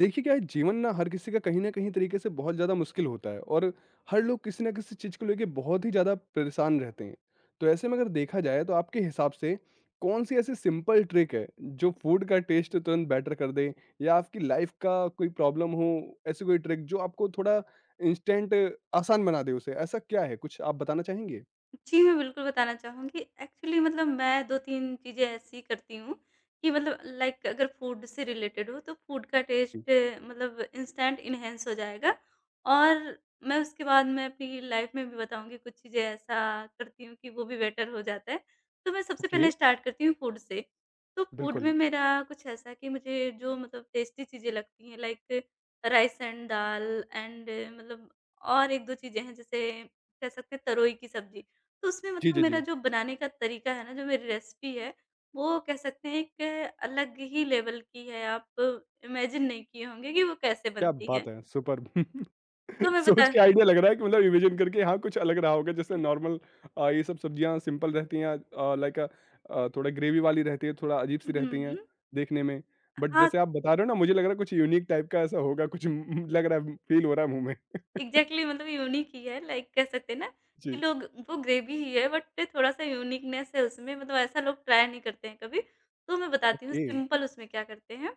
देखिए क्या है जीवन ना, हर किसी का कहीं ना कहीं तरीके से बहुत ज़्यादा मुश्किल होता है। और हर लोग किसी ना किसी चीज़ को लेके बहुत ही ज़्यादा परेशान रहते हैं। तो ऐसे में अगर देखा जाए तो आपके हिसाब से कौन सी ऐसी सिंपल ट्रिक है जो फूड का टेस्ट तुरंत बेटर कर दे, या आपकी लाइफ का कोई प्रॉब्लम हो, ऐसी कोई ट्रिक जो आपको थोड़ा इंस्टेंट आसान बना दे उसे, ऐसा क्या है कुछ आप बताना चाहेंगे? जी, मैं बिल्कुल बताना चाहूँगी। एक्चुअली मतलब मैं 2-3 चीज़ें ऐसी करती हूँ कि मतलब लाइक अगर फूड से रिलेटेड हो, तो फूड का जी। टेस्ट मतलब इंस्टेंट इन्हेंस हो जाएगा। और मैं उसके बाद मैं अपनी लाइफ में भी बताऊँगी कुछ चीज़ें ऐसा करती हूँ कि वो भी बेटर हो जाता है। तो मैं सबसे ओके। पहले स्टार्ट करती हूँ फूड से। तो फूड में बिल्कुल। मेरा कुछ ऐसा है कि मुझे जो मतलब टेस्टी चीज़ें लगती हैं, like rice and dal and मतलब और 1-2 चीज़ें हैं, जैसे कह सकते हैं तरोई की सब्ज़ी। तो उसमें जी मतलब जी मेरा जी। जो बनाने का तरीका है ना, जो मेरी रेसिपी है, वो कह सकते हैं कि अलग ही लेवल की है। आप इमेजिन नहीं किए होंगे कि वो कैसे क्या बनती है। बात है! सुपर। तो मैं बता। सोच के आइडिया लग रहा है कि मतलब रिविज़न करके, हाँ, कुछ अलग रहा होगा, जैसे नॉर्मल ये सब सब्जियाँ सिंपल रहती हैं, लाइक थोड़ा ग्रेवी वाली रहती है, थोड़ा हुँ, अजीब-सी रहती हैं हुँ। देखने में। बट हाँ, जैसे आप बता रहे हो ना, मुझे लग रहा है कुछ यूनिक टाइप का ऐसा होगा कुछ, लग रहा है, फ़ील हो रहा है मुँह में। एग्ज़ैक्टली मतलब यूनिक ही है, लाइक कह सकते हैं ना कि जी। लोग वो ग्रेवी ही है बट थोड़ा-सा यूनिकनेस है उसमें, मतलब ऐसा लोग ट्राई नहीं करते हैं कभी। तो मैं बताती हूँ ओके। सिंपल उसमें क्या करते हैं,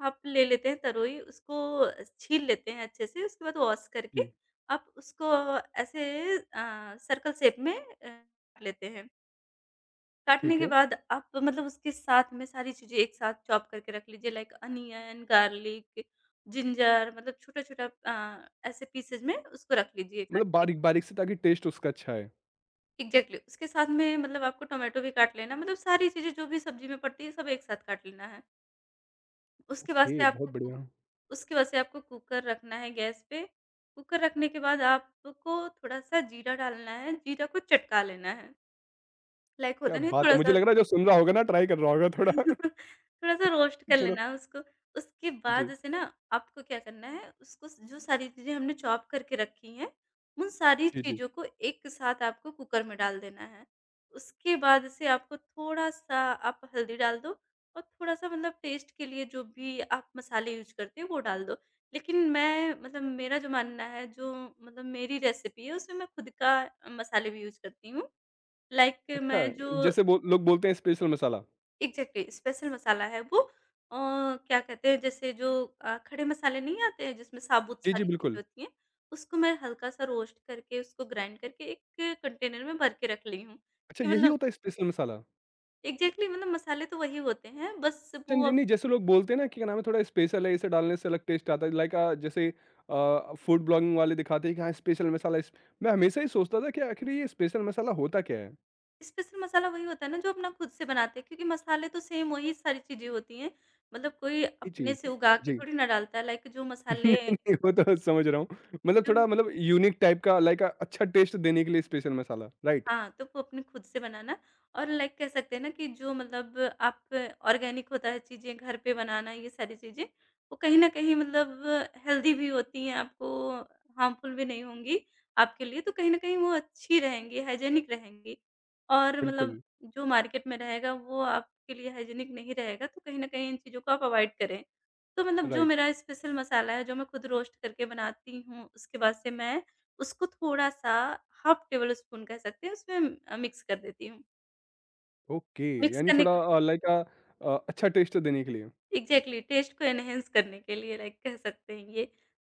आप ले लेते हैं तरोई, उसको छील लेते हैं अच्छे से, उसके बाद वॉश करके जी, आप उसको ऐसे सर्कल शेप में काट लेते हैं। काटने ठीक के है। बाद आप मतलब उसके साथ में सारी चीज़ें एक साथ चॉप करके रख लीजिए, लाइक अनियन, गार्लिक, जिंजर, मतलब छोटा-छोटा ऐसे पीसेज़ में उसको रख लीजिए काट मतलब के। बारीक-बारीक से, ताकि टेस्ट उसका अच्छा आए। एग्ज़ैक्टली उसके साथ में मतलब आपको टोमेटो भी काट लेना, मतलब सारी चीज़ें जो भी सब्ज़ी में पड़ती है सब एक साथ काट लेना है। उसके बाद से ओके, आपको बहुत कु बढ़िया। उसके बाद से आपको कुकर रखना है गैस पे। कुकर रखने के बाद आपको थोड़ा-सा जीरा डालना है, जीरा को चटका लेना है। लाइक क्या होता नहीं है बात है! मुझे थोड़ा-सा लग रहा है जो सुन रहा होगा ना ट्राई कर रहा होगा थोड़ा। थोड़ा-सा रोस्ट कर चलो। लेना है उसको। उसके बाद जी, उसे ना आपको क्या करना है, उसको स जो सारी चीज़ें हमने चॉप करके रखी हैं, उन सारी जी, जी। चीज़ों को एक साथ आपको कुकर में डाल देना है। उसके बाद से आपको थोड़ा-सा आप हल्दी डाल दो और थोड़ा-सा मतलब टेस्ट के लिए जो भी आप मसाले यूज़ करते हो वो डाल दो। लेकिन मैं मतलब मेरा जो मानना है, जो मतलब मेरी रेसिपी है उसमें मैं खुद का मसाले भी यूज़ करती हूँ। लाइक अच्छा मैं जो जैसे बो लोग बोलते हैं special masala. Exactly special masala है वो, अ, क्या कहते हैं जैसे जो खड़े मसाले नहीं आते हैं जिसमें साबुत जी, जी, सारी चीज़ें बिल्कुल। होती हैं, उसको मैं हल्का-सा रोस्ट करके उसको ग्राइंड करके एक कंटेनर में भर के रख ली हूँ, अच्छा कि यही मतलब होता है स्पेशल मसाला? एग्ज़ैक्टली मतलब मसाले तो वही होते हैं बस अच्छा वो जी, अब। नहीं, जैसे लोग बोलते हैं ना कि क्या नाम है, थोड़ा स्पेशल है, इसे डालने से अलग टेस्ट आता है, लाइक जैसे फूड ब्लॉगिंग वाले दिखाते हैं कि हाँ स्पेशल मसाला इस। मैं हमेशा ही सोचता था कि आखिर ये स्पेशल मसाला होता क्या है? स्पेशल मसाला वही होता है ना जो अपना खुद से बनाते हैं, क्योंकि मसाले तो सेम वही सारी चीज़ें होती हैं, मतलब कोई ये अपने चीज़। से उगा के जी। थोड़ी ना डालता है, लाइक जो मसाले नहीं, नहीं, वो तो समझ रहा हूँ। मतलब जो थोड़ा, मतलब यूनिक टाइप का, लाइक अच्छा टेस्ट देने के लिए स्पेशल मसाला, राइट? हाँ, तो वो अपने खुद से बनाना। और लाइक कह सकते हैं ना कि जो मतलब आप ऑर्गेनिक होता है चीज़ें घर पे बनाना ये सारी चीज़ें, वो कहीं न कहीं मतलब हेल्दी भी होती हैं, आपको हार्मफुल भी नहीं होंगी आपके लिए, तो कहीं न कहीं वो अच्छी रहेंगी, हाइजीनिक रहेंगी। और मतलब बिल्कुल, जो मार्केट में रहेगा वो आपके लिए हाइजीनिक नहीं रहेगा, तो कहीं न कहीं इन चीज़ों को आप अवॉइड करें। तो मतलब जो राइट। मेरा स्पेशल मसाला है, जो मैं खुद रोस्ट करके बनाती हूँ, उसके बाद से मैं उसको थोड़ा-सा, हाफ टेबल स्पून कह सकते हैं, उसमें मिक्स कर देती हूँ। ओके, मिक्स यानी करने थोड़ा के लाइक अच्छा टेस्ट देने के लिए। एग्ज़ैक्टली टेस्ट को एनहांस करने के लिए लाइक कह सकते हैं ये।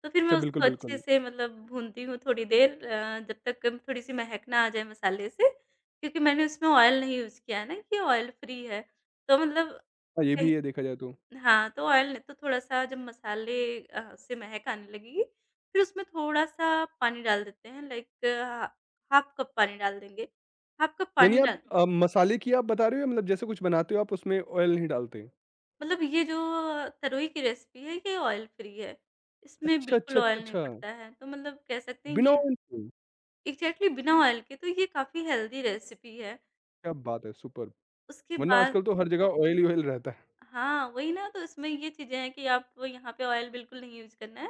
तो फिर मैं अच्छा बिल्कुल, उसको अच्छे बिल्कुल। से मतलब भूनती हूँ थोड़ी देर, जब तक थोड़ी-सी महक ना आ जाए मसाले से, क्योंकि मैंने उसमें ऑयल नहीं यूज़ किया है ना कि ऑयल फ्री है। तो मतलब हाँ, ये भी है देखा जाए तो। हाँ, तो ऑयल नहीं तो थोड़ा-सा जब मसाले से महक आने लगेगी, फिर उसमें थोड़ा-सा पानी डाल देते हैं, लाइक ह हाफ़ कप पानी डाल देंगे। हाफ़ कप पानी यानी आप डाल मसाले की आप बता रहे हो, या मतलब जैसे कुछ बनाते हो आप उसमें ऑयल नहीं डालते? मतलब ये जो तरोई की रेसिपी है ये ऑयल फ्री है। इसमें अच्छा, बिल्कुल अच्छा, अच्छा, ऑयल नहीं अच्छा। पड़ता है। तो मतलब कह सकते हैं बिना कि ऑयल के? एग्ज़ैक्टली बिना ऑयल के, तो ये काफ़ी हेल्दी रेसिपी है। क्या बात है, सुपर्ब! उसके वरना बाद आजकल तो हर जगह ऑयल ही ऑयल रहता है। हाँ, वही ना, तो इसमें ये चीज़ें हैं कि आपको यहाँ पे ऑयल बिल्कुल नहीं यूज़ करना है।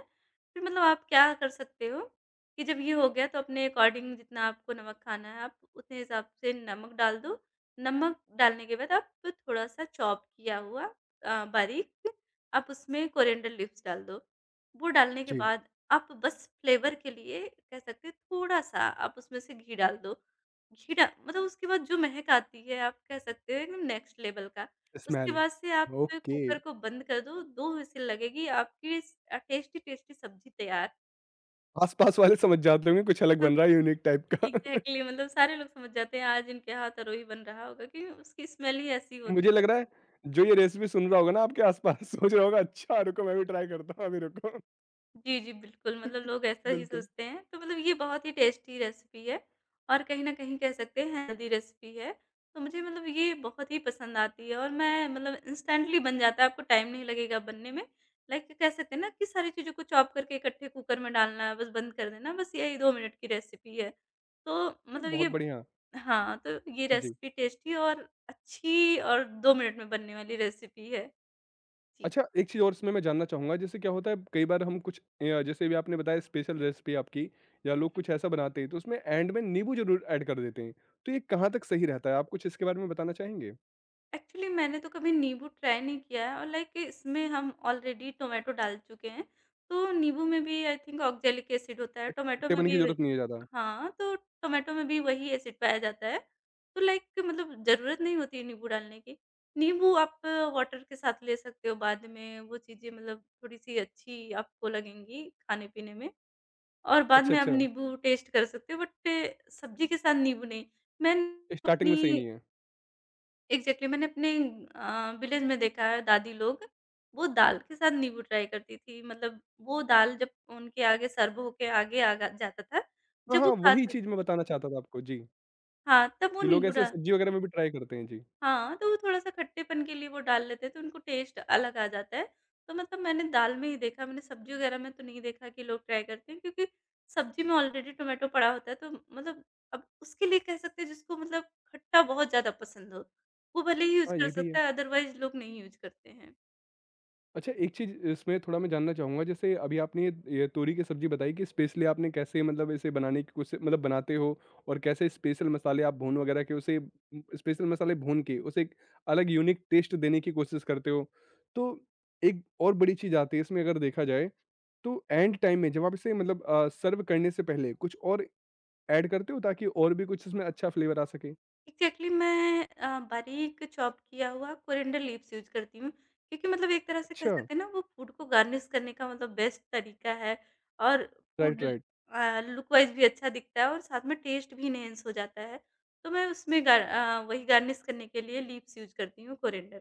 फिर मतलब आप क्या कर सकते हो कि जब ये हो गया तो अपने अकॉर्डिंग जितना आपको नमक खाना है आप उतने हिसाब से नमक डाल दो। नमक डालने के बाद आप थोड़ा-सा चॉप किया हुआ बारीक आप उसमें कोरिएंडर लीव्स डाल दो। वो डालने के जी। बाद आप बस फ्लेवर के लिए कह सकते हैं थोड़ा-सा आप उसमें से घी डाल दो। घी डा मतलब उसके बाद जो महक आती है आप कह सकते हो एकदम नेक्स्ट लेवल का। उसके स्मेल। बाद से आप ओके, कुकर को बंद कर दो, 2 व्हिसल लगेगी आपकी, टेस्टी-टेस्टी सब्ज़ी तैयार। आस-पास वाले समझ जाते होंगे कुछ अलग हुँ। बन रहा है यूनिक टाइप का। एग्ज़ैक्टली मतलब सारे लोग समझ जाते हैं आज इनके हाथ तरोई बन रहा होगा, क्योंकि उसकी स्मेल ही ऐसी होती मुझे है। लग रहा है जो ये रेसिपी सुन रहा होगा ना आपके आस-पास सोच रहा होगा, अच्छा रुको मैं भी ट्राई करता हूँ, अभी रुको। जी, जी, बिल्कुल, मतलब लोग ऐसा ही बिल्कुल, सोचते हैं, तो मतलब ये बहुत ही टेस्टी रेसिपी है और कहीं न कहीं कह सकते हैं हेल्दी रेसिपी है, तो मुझे मतलब ये बहुत ही पसंद आती है और मैं मतलब इंस्टेंटली बन जाता है, आपको टाइम नहीं लगेगा बनने में। लाइक कह सकते हैं ना कि सारी चीज़ों को चॉप करके इकट्ठे कुकर में डालना है, बस बंद कर देना है, बस यही 2 मिनट की रेसिपी है। तो मतलब बहुत ये बढ़िया। हाँ, तो ये जी। रेसिपी टेस्टी और अच्छी और 2 मिनट में बनने वाली रेसिपी है। अच्छा, एक चीज़ और इसमें मैं जानना चाहूँगा, जैसे क्या होता है कई बार हम कुछ, जैसे अभी आपने बताया स्पेशल रेसिपी आपकी, या लोग जी। कुछ ऐसा बनाते हैं, तो उसमें एंड में नींबू ज़रूर ऐड कर देते हैं, तो ये कहाँ तक सही रहता है? आप कुछ इसके बारे में बताना चाहेंगे? एक्चुअली मैंने तो कभी नींबू ट्राई नहीं किया है, और लाइक इसमें हम ऑलरेडी टोमेटो डाल चुके हैं, तो नींबू में भी आई थिंक ऑक्जेलिक एसिड होता है, खट टोमेटो में खट्टेपन की भी वही, ज़रूरत नहीं है ज़्यादा। हाँ, तो टोमेटो में भी वही एसिड पाया जाता है, तो लाइक मतलब ज़रूरत नहीं होती है नींबू डालने की। नींबू आप वाटर के साथ ले सकते हो बाद में, वो चीज़ें मतलब थोड़ी-सी अच्छी आपको लगेंगी खाने-पीने में और बाद अच्छा, में आप अच्छा, नींबू टेस्ट कर सकते हो बट, सब्ज़ी के साथ नींबू नहीं। मैं स्टार्टिंग में सही अपनी नहीं है। एग्ज़ैक्टली मैंने अपने विलेज में देखा है दादी लोग, वो दाल के साथ नींबू ट्राई करती थी। मतलब वो दाल जब उनके आगे सर्व होके आगे आ ग जाता था, हाँ, जब वो हाँ, वही खाती, चीज़ मैं बताना चाहता था आपको। जी, हाँ, तब वो कि लोग नींबू ऐसे डा सब्ज़ी वगैरह में भी ट्राई करते हैं। जी। हाँ, तो वो थोड़ा-सा खट्टेपन के लिए वो डाल लेते हैं, तो उनको टेस्ट अलग आ जाता है। तो मतलब मैंने दाल में ही देखा, मैंने सब्ज़ी वगैरह में तो नहीं देखा कि लोग ट्राई करते हैं, क्योंकि सब्ज़ी में ऑलरेडी टोमेटो पड़ा होता है, तो मतलब अब उसके लिए कह सकते हैं जिसको मतलब खट्टा बहुत ज़्यादा पसंद हो, वो भले ही यूज़ हाँ, कर ये भी है। सकता है, अदरवाइज़ लोग नहीं यूज़ करते हैं। अच्छा एक चीज़ इसमें थोड़ा मैं जानना चाहूँगा, जैसे अभी आपने ये तोरी की सब्ज़ी बताई कि स्पेशली आपने कैसे, मतलब इसे बनाने की कोशिश, मतलब बनाते हो, और कैसे स्पेशल मसाले आप भून वगैरह के उसे, स्पेशल मसाले भून के उसे एक अलग यूनिक टेस्ट देने की कोशिश करते हो, तो एक और बड़ी चीज़ आती है इसमें अगर देखा जाए, तो एंड टाइम में जब आप इसे, मतलब सर्व करने से पहले कुछ और ऐड करते हो ताकि और भी कुछ इसमें अच्छा फ्लेवर आ सके। एक्ज़ैक्टली मैं बारीक चॉप किया हुआ कोरिएंडर लीव्स यूज़ करती हूँ, क्योंकि मतलब एक तरह से कह अच्छा। सकते हैं ना वो फूड को गार्निश करने का मतलब बेस्ट तरीका है और food right, right. Look wise भी अच्छा दिखता है और साथ में टेस्ट भी एनहांस हो जाता है। तो मैं उसमें वही गार्निश करने के लिए लीव्स यूज़ करती हूँ कोरिएंडर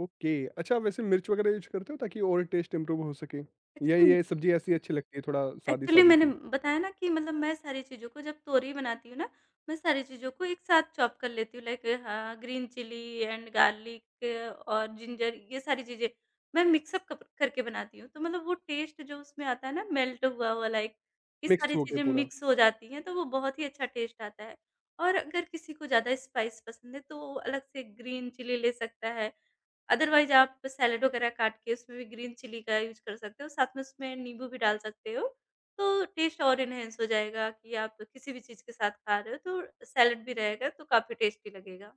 ओके। अच्छा वैसे मिर्च वगैरह यूज़ करते हो ताकि और टेस्ट इम्प्रूव हो सके? या का। ये सब्ज़ी ऐसी अच्छी लगती है थोड़ा एक्चुअली सादी-सादी मैंने सी? बताया ना कि मतलब मैं सारी चीज़ों को जब तोरी बनाती हूँ ना, मैं सारी चीज़ों को एक साथ चॉप कर लेती हूँ, लाइक हाँ, ग्रीन चिली एंड गार्लिक और जिंजर, ये सारी चीज़ें मैं मिक्स अप कप करके बनाती हूँ। तो मतलब वो टेस्ट जो उसमें आता है ना मेल्ट हुआ हुआ, लाइक ये मिक्स सारी हो के चीज़ें पूरा? मिक्स हो जाती हैं तो वो बहुत ही अच्छा टेस्ट आता है। और अगर किसी को ज़्यादा स्पाइस पसंद है तो वो अलग से ग्रीन चिली ले सकता है। अदरवाइज़ आप सैलेड वगैरह काट के उसमें भी ग्रीन चिली का यूज़ कर सकते हो, साथ में उसमें नींबू भी डाल सकते हो, तो टेस्ट और एनहांस हो जाएगा कि आप किसी भी चीज़ के साथ खा रहे हो तो सैलेड भी रहेगा तो काफ़ी टेस्टी लगेगा।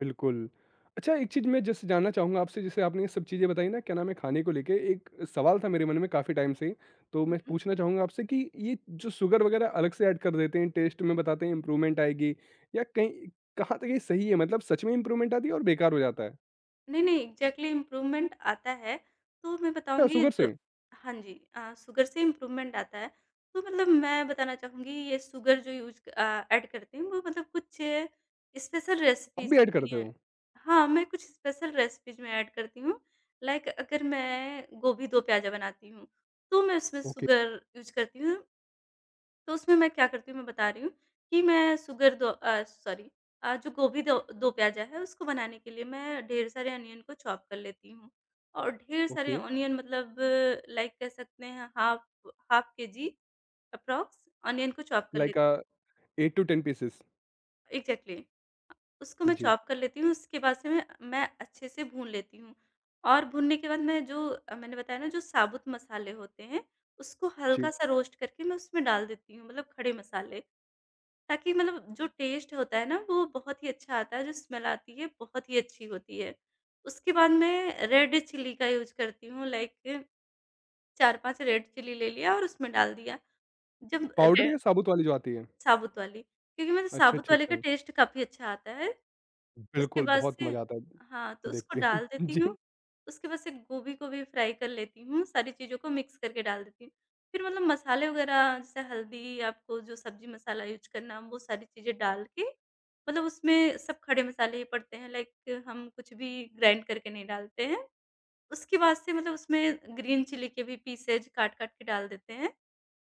बिल्कुल। अच्छा एक चीज़ मैं जस्ट जानना चाहूँगा आपसे, जैसे आपने ये सब चीज़ें बताई ना, क्या नाम है, खाने को लेके एक सवाल था मेरे मन में काफ़ी टाइम से, तो मैं पूछना चाहूँगा आपसे कि ये जो शुगर वगैरह अलग से ऐड कर देते हैं, टेस्ट में बताते हैं इम्प्रूवमेंट आएगी, या कहीं, कहाँ तक ये सही है, मतलब सच में इम्प्रूवमेंट आती है और बेकार हो जाता है? नहीं, नहीं, एग्ज़ैक्टली इम्प्रूवमेंट आता है। तो मैं अच्छा बताऊँगी शुगर जो, से? हाँ जी, शुगर से इम्प्रूवमेंट आता है। तो मतलब मैं बताना चाहूँगी ये शुगर जो यूज़, ऐड करते हैं वो मतलब कुछ स्पेशल आप रेसिपीज़ भी के ऐड करते लिए, हो? हाँ, मैं कुछ स्पेशल रेसिपीज़ में ऐड करती हूँ। लाइक अगर मैं गोभी दो प्याज़ा बनाती हूँ, तो मैं उसमें ओके, शुगर यूज़ करती हूँ। तो उसमें मैं क्या करती हूँ मैं बता रही हूँ कि मैं शुगर दो, सॉरी, जो गोभी दो दो प्याज़ा है उसको बनाने के लिए मैं ढेर सारे अनियन को चॉप कर लेती हूँ और ढेर सारे ओके। अनियन मतलब लाइक कह सकते हैं, half half KG approx onion को चॉप कर लाइक लेती हूँ। 8 टू 10 पीसेज़? एग्जैक्टली उसको मैं जी। चॉप कर लेती हूँ उसके बाद से मैं अच्छे से भून लेती हूँ और भूनने के बाद मैं जो मैंने बताया ना जो साबुत मसाले होते हैं उसको जी, हल्का सा रोस्ट करके मैं उसमें डाल देती हूँ, मतलब खड़े मसाले, ताकि मतलब जो टेस्ट होता है ना वो बहुत ही अच्छा आता है, जो स्मेल आती है बहुत ही अच्छी होती है। उसके बाद मैं रेड चिली का यूज़ करती हूँ, लाइक 4-5 रेड चिली ले लिया और उसमें डाल दिया। जब पाउडर रे या साबुत वाली जो आती है? साबुत वाली, क्योंकि मुझे अच्छा, साबुत अच्छा, वाले का अच्छा। टेस्ट काफ़ी अच्छा आता है। उसके बिल्कुल, बाद बहुत से मज़ा आता हाँ, तो है देख उसको के। डाल देती जी, हूँ। उसके बाद से गोभी को भी फ्राई कर लेती हूँ, सारी चीज़ों को मिक्स करके डाल देती हूँ। फिर मतलब मसाले वगैरह, जैसे हल्दी, आपको जो सब्ज़ी मसाला यूज़ करना, वो सारी चीज़ें डाल के मतलब उसमें सब खड़े मसाले ही पड़ते हैं, लाइक हम कुछ भी ग्राइंड करके नहीं डालते हैं। उसके बाद से मतलब उसमें ग्रीन चिली के भी पीसेज काट-काट के डाल देते हैं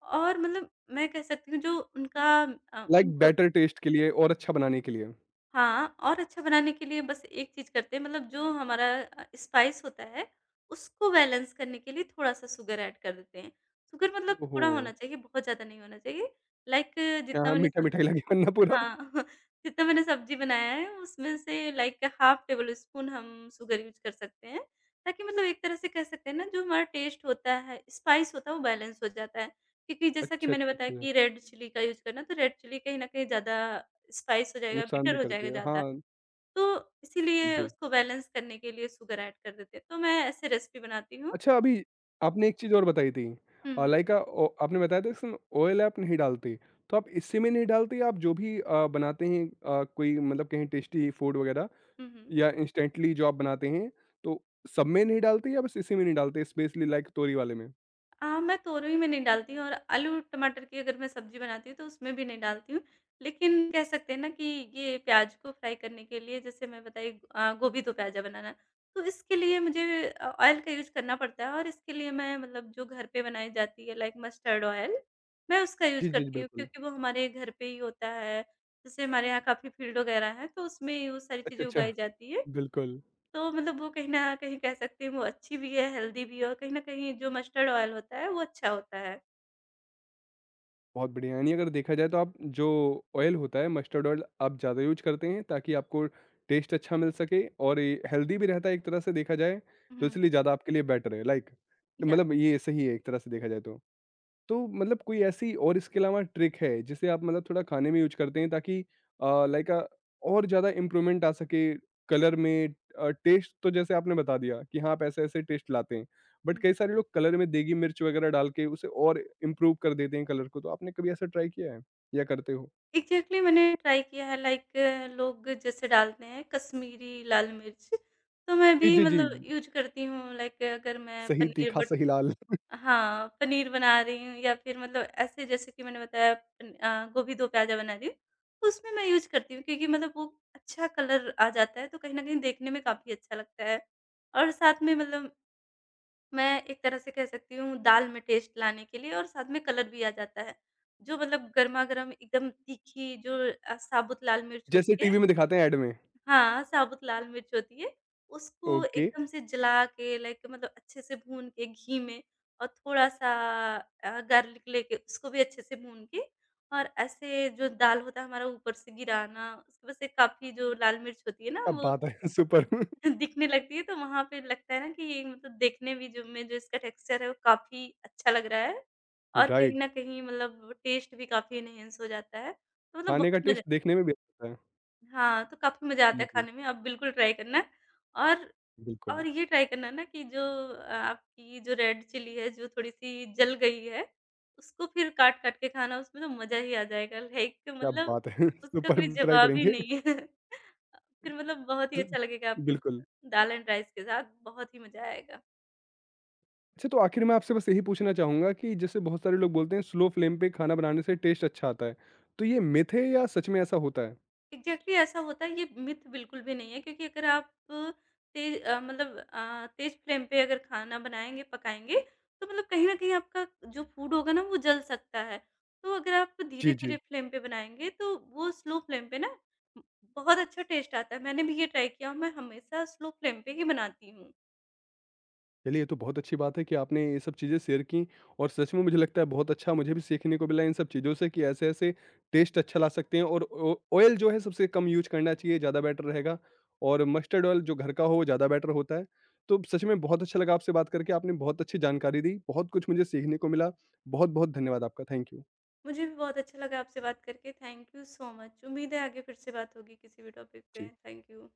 और मतलब मैं कह सकती हूँ जो उनका लाइक उनको। बेटर टेस्ट के लिए और अच्छा बनाने के लिए। हाँ, और अच्छा बनाने के लिए बस एक चीज़ करते हैं, मतलब जो हमारा स्पाइस होता है, उसको बैलेंस करने के लिए थोड़ा-सा शुगर ऐड कर देते हैं। शुगर मतलब ओहो! थोड़ा होना चाहिए, बहुत ज़्यादा नहीं होना चाहिए। लाइक हाँ, जितना हाँ, मैंने सब मीठा-मीठा ही लगे वरना पूरा। हाँ, जितना मैंने सब्ज़ी बनाया है, उसमें से लाइक हाफ़ टेबल स्पून हम शुगर यूज़ कर सकते हैं, ताकि मतलब एक तरह से कह सकते हैं ना, जो हमारा टेस्ट होता है, स्पाइस होता है, वो बैलेंस हो जाता है। क्योंकि जैसा कि अच्छा, मैंने बताया अच्छा, अच्छा। कि रेड चिली का यूज़ करना, तो रेड चिली कहीं न कहीं ज़्यादा स्पाइस हो जाएगा, नुकसान बिटर भी हो करती जाएगा है, ज़्यादा। हाँ। तो इसीलिए जी। उसको बैलेंस करने के लिए शुगर ऐड कर देते हैं। तो मैं ऐसे रेसिपी बनाती हूँ। अच्छा अभी आपने एक चीज़ और बताई थी, हुँ, हुँ। लाइक ओ आपने बताया था इसमें ऑयल आप नहीं डालती, तो आप इसी में नहीं डालती? आप जो भी बनाते हैं, कोई मतलब कहीं टेस्टी फूड वगैरह, हुँ, हुँ। या इंस्टेंटली जो आप बनाते हैं, तो सब में नहीं डालते या बस इसी में नहीं डालते, स्पेशली लाइक तोरी वाले में? मैं तोरई में नहीं डालती हूँ और आलू टमाटर की अगर मैं सब्ज़ी बनाती हूँ, तो उसमें भी नहीं डालती हूँ। लेकिन कह सकते हैं ना कि ये प्याज़ को फ्राई करने के लिए, जैसे मैं बताई गोभी दो प्याज़ा बनाना, तो इसके लिए मुझे ऑयल का यूज़ करना पड़ता है। और इसके लिए मैं, मतलब जो घर पे बनाई जाती है, लाइक मस्टर्ड ऑयल, मैं उसका यूज़ जी, जी, करती हूँ, बिल्कुल। क्योंकि वो हमारे घर पे ही होता है। जैसे हमारे यहाँ काफ़ी फील्ड वगैरह है, तो उसमें वो सारी अच्छा, चीज़ें अच्छा, उगाई जाती है। बिल्कुल। तो मतलब वो कहीं न कहीं कह सकते हैं वो अच्छी भी है, हेल्दी भी है, और कहीं न कहीं जो मस्टर्ड ऑयल होता है, वो अच्छा होता है। बहुत बढ़िया, यानी अगर देखा जाए तो आप जो ऑयल होता है, मस्टर्ड ऑयल आप ज़्यादा यूज़ करते हैं ताकि आपको टेस्ट अच्छा मिल सके, और ये हेल्दी भी रहता है एक तरह से देखा जाए, हुँ, तो हुँ। इसलिए ज़्यादा आपके लिए बेटर है, लाइक या। मतलब ये सही है एक तरह से देखा जाए तो? तो मतलब कोई ऐसी और इसके अलावा ट्रिक है जिसे आप मतलब थोड़ा खाने में यूज़ करते हैं ताकि लाइक और ज़्यादा इम्प्रूवमेंट आ सके कलर में? टेस्ट तो जैसे आपने बता दिया कि हाँ आप ऐसे-ऐसे टेस्ट लाते हैं। हुँ, बट हुँ। कई सारे लोग कलर में देगी मिर्च वगैरह डाल के उसे और इम्प्रूव कर देते हैं कलर को, तो आपने कभी ऐसा ट्राई किया है या करते हो? एग्ज़ैक्टली, मैंने ट्राई किया है, लाइक लोग जैसे डालते हैं कश्मीरी लाल मिर्च, तो मैं जी, भी जी, जी। मतलब यूज़ करती हूँ। लाइक, अगर मैं सही पनीर तीखा बट, सही लाल। हाँ, पनीर बना रही हूँ, या फिर मतलब ऐसे, जैसे कि मैंने बताया, गोभी दो प्याज़ा बना रही हूँ, तो उसमें मैं यूज़ करती हूँ, क्योंकि मतलब वो अच्छा कलर आ जाता है, तो कहीं न कहीं देखने में काफ़ी अच्छा लगता है। और साथ में, मतलब मैं एक तरह से कह सकती हूँ, दाल में टेस्ट लाने के लिए, और साथ में कलर भी आ जाता है। जो मतलब गरमा-गरम एकदम तीखी जो साबुत लाल मिर्च जैसे होती है। टीवी में दिखाते हैं ऐड में। हाँ, साबुत लाल मिर्च होती है, उसको ओके। एकदम से जला के, लाइक मतलब अच्छे से भून के घी में, और थोड़ा-सा गार्लिक लेके उसको भी अच्छे से भून के, और ऐसे जो दाल होता है हमारा, ऊपर से गिराना, उसकी वजह से काफ़ी जो लाल मिर्च होती है ना, क्या वो बात है! सुपर! दिखने लगती है। तो वहाँ पे लगता है ना कि ये, मतलब देखने भी जो में जो इसका टेक्सचर है, वो काफ़ी अच्छा लग रहा है, और कहीं राइट। न कहीं मतलब टेस्ट भी काफ़ी एनहांस हो जाता है। तो मतलब खाने बहुत का मज़ा, टेस्ट देखने में भी अच्छा होता हाँ, तो काफ़ी मज़ा आता है। है जी। खाने में। आप बिल्कुल ट्राई करना, और बिल्कुल। और ये ट्राई करना ना, कि जो आपकी जो रेड चिली है जो थोड़ी-सी जल गई है, उसको फिर काट-काट के खाना, उसमें तो मज़ा ही आ जाएगा। लाइक, क्या मतलब बात है! उसका कोई सुपर, ट्राई जवाब ही करेंगे। नहीं है। फिर मतलब बहुत ही तो अच्छा लगेगा आपको बिल्कुल। दाल एंड राइस के साथ, बहुत ही मज़ा आएगा। अच्छा तो आखिर में आपसे बस यही पूछना चाहूँगा कि जैसे बहुत सारे लोग बोलते हैं स्लो फ्लेम पे खाना बनाने से टेस्ट अच्छा आता है, तो ये मिथ है या सच में ऐसा होता है? एग्ज़ैक्टली, ऐसा होता है, ये मिथ बिल्कुल भी नहीं है। क्योंकि अगर आप तेज़ अ, मतलब अ, तेज़ फ्लेम पे अगर खाना बनाएँगे, पकाएँगे, तो मतलब कहीं न कहीं आपका जो फूड होगा ना, वो जल सकता है। तो अगर आप जी, धीरे-धीरे जी। फ्लेम पे बनाएँगे, तो वो स्लो फ्लेम पे ना बहुत अच्छा टेस्ट आता है। मैंने भी ये ट्राई किया, और मैं हमेशा स्लो फ्लेम पे ही बनाती हूँ। चलिए ये तो बहुत अच्छी बात है कि आपने ये सब चीज़ें शेयर की, और सच में मुझे लगता है बहुत अच्छा, मुझे भी सीखने को मिला इन सब चीज़ों से कि ऐसे ऐसे टेस्ट अच्छा ला सकते हैं, और ऑयल जो है सबसे कम यूज करना चाहिए ज़्यादा बेटर रहेगा, और मस्टर्ड ऑयल जो घर का हो वो ज़्यादा बेटर होता है। तो सच में बहुत अच्छा लगा आपसे बात करके, आपने बहुत अच्छी जानकारी दी, बहुत कुछ मुझे सीखने को मिला। बहुत बहुत धन्यवाद आपका, थैंक यू। मुझे भी बहुत अच्छा लगा आपसे बात करके। Thank you so much. उम्मीद है आगे फिर से बात होगी किसी भी टॉपिक पे। जी। Thank you.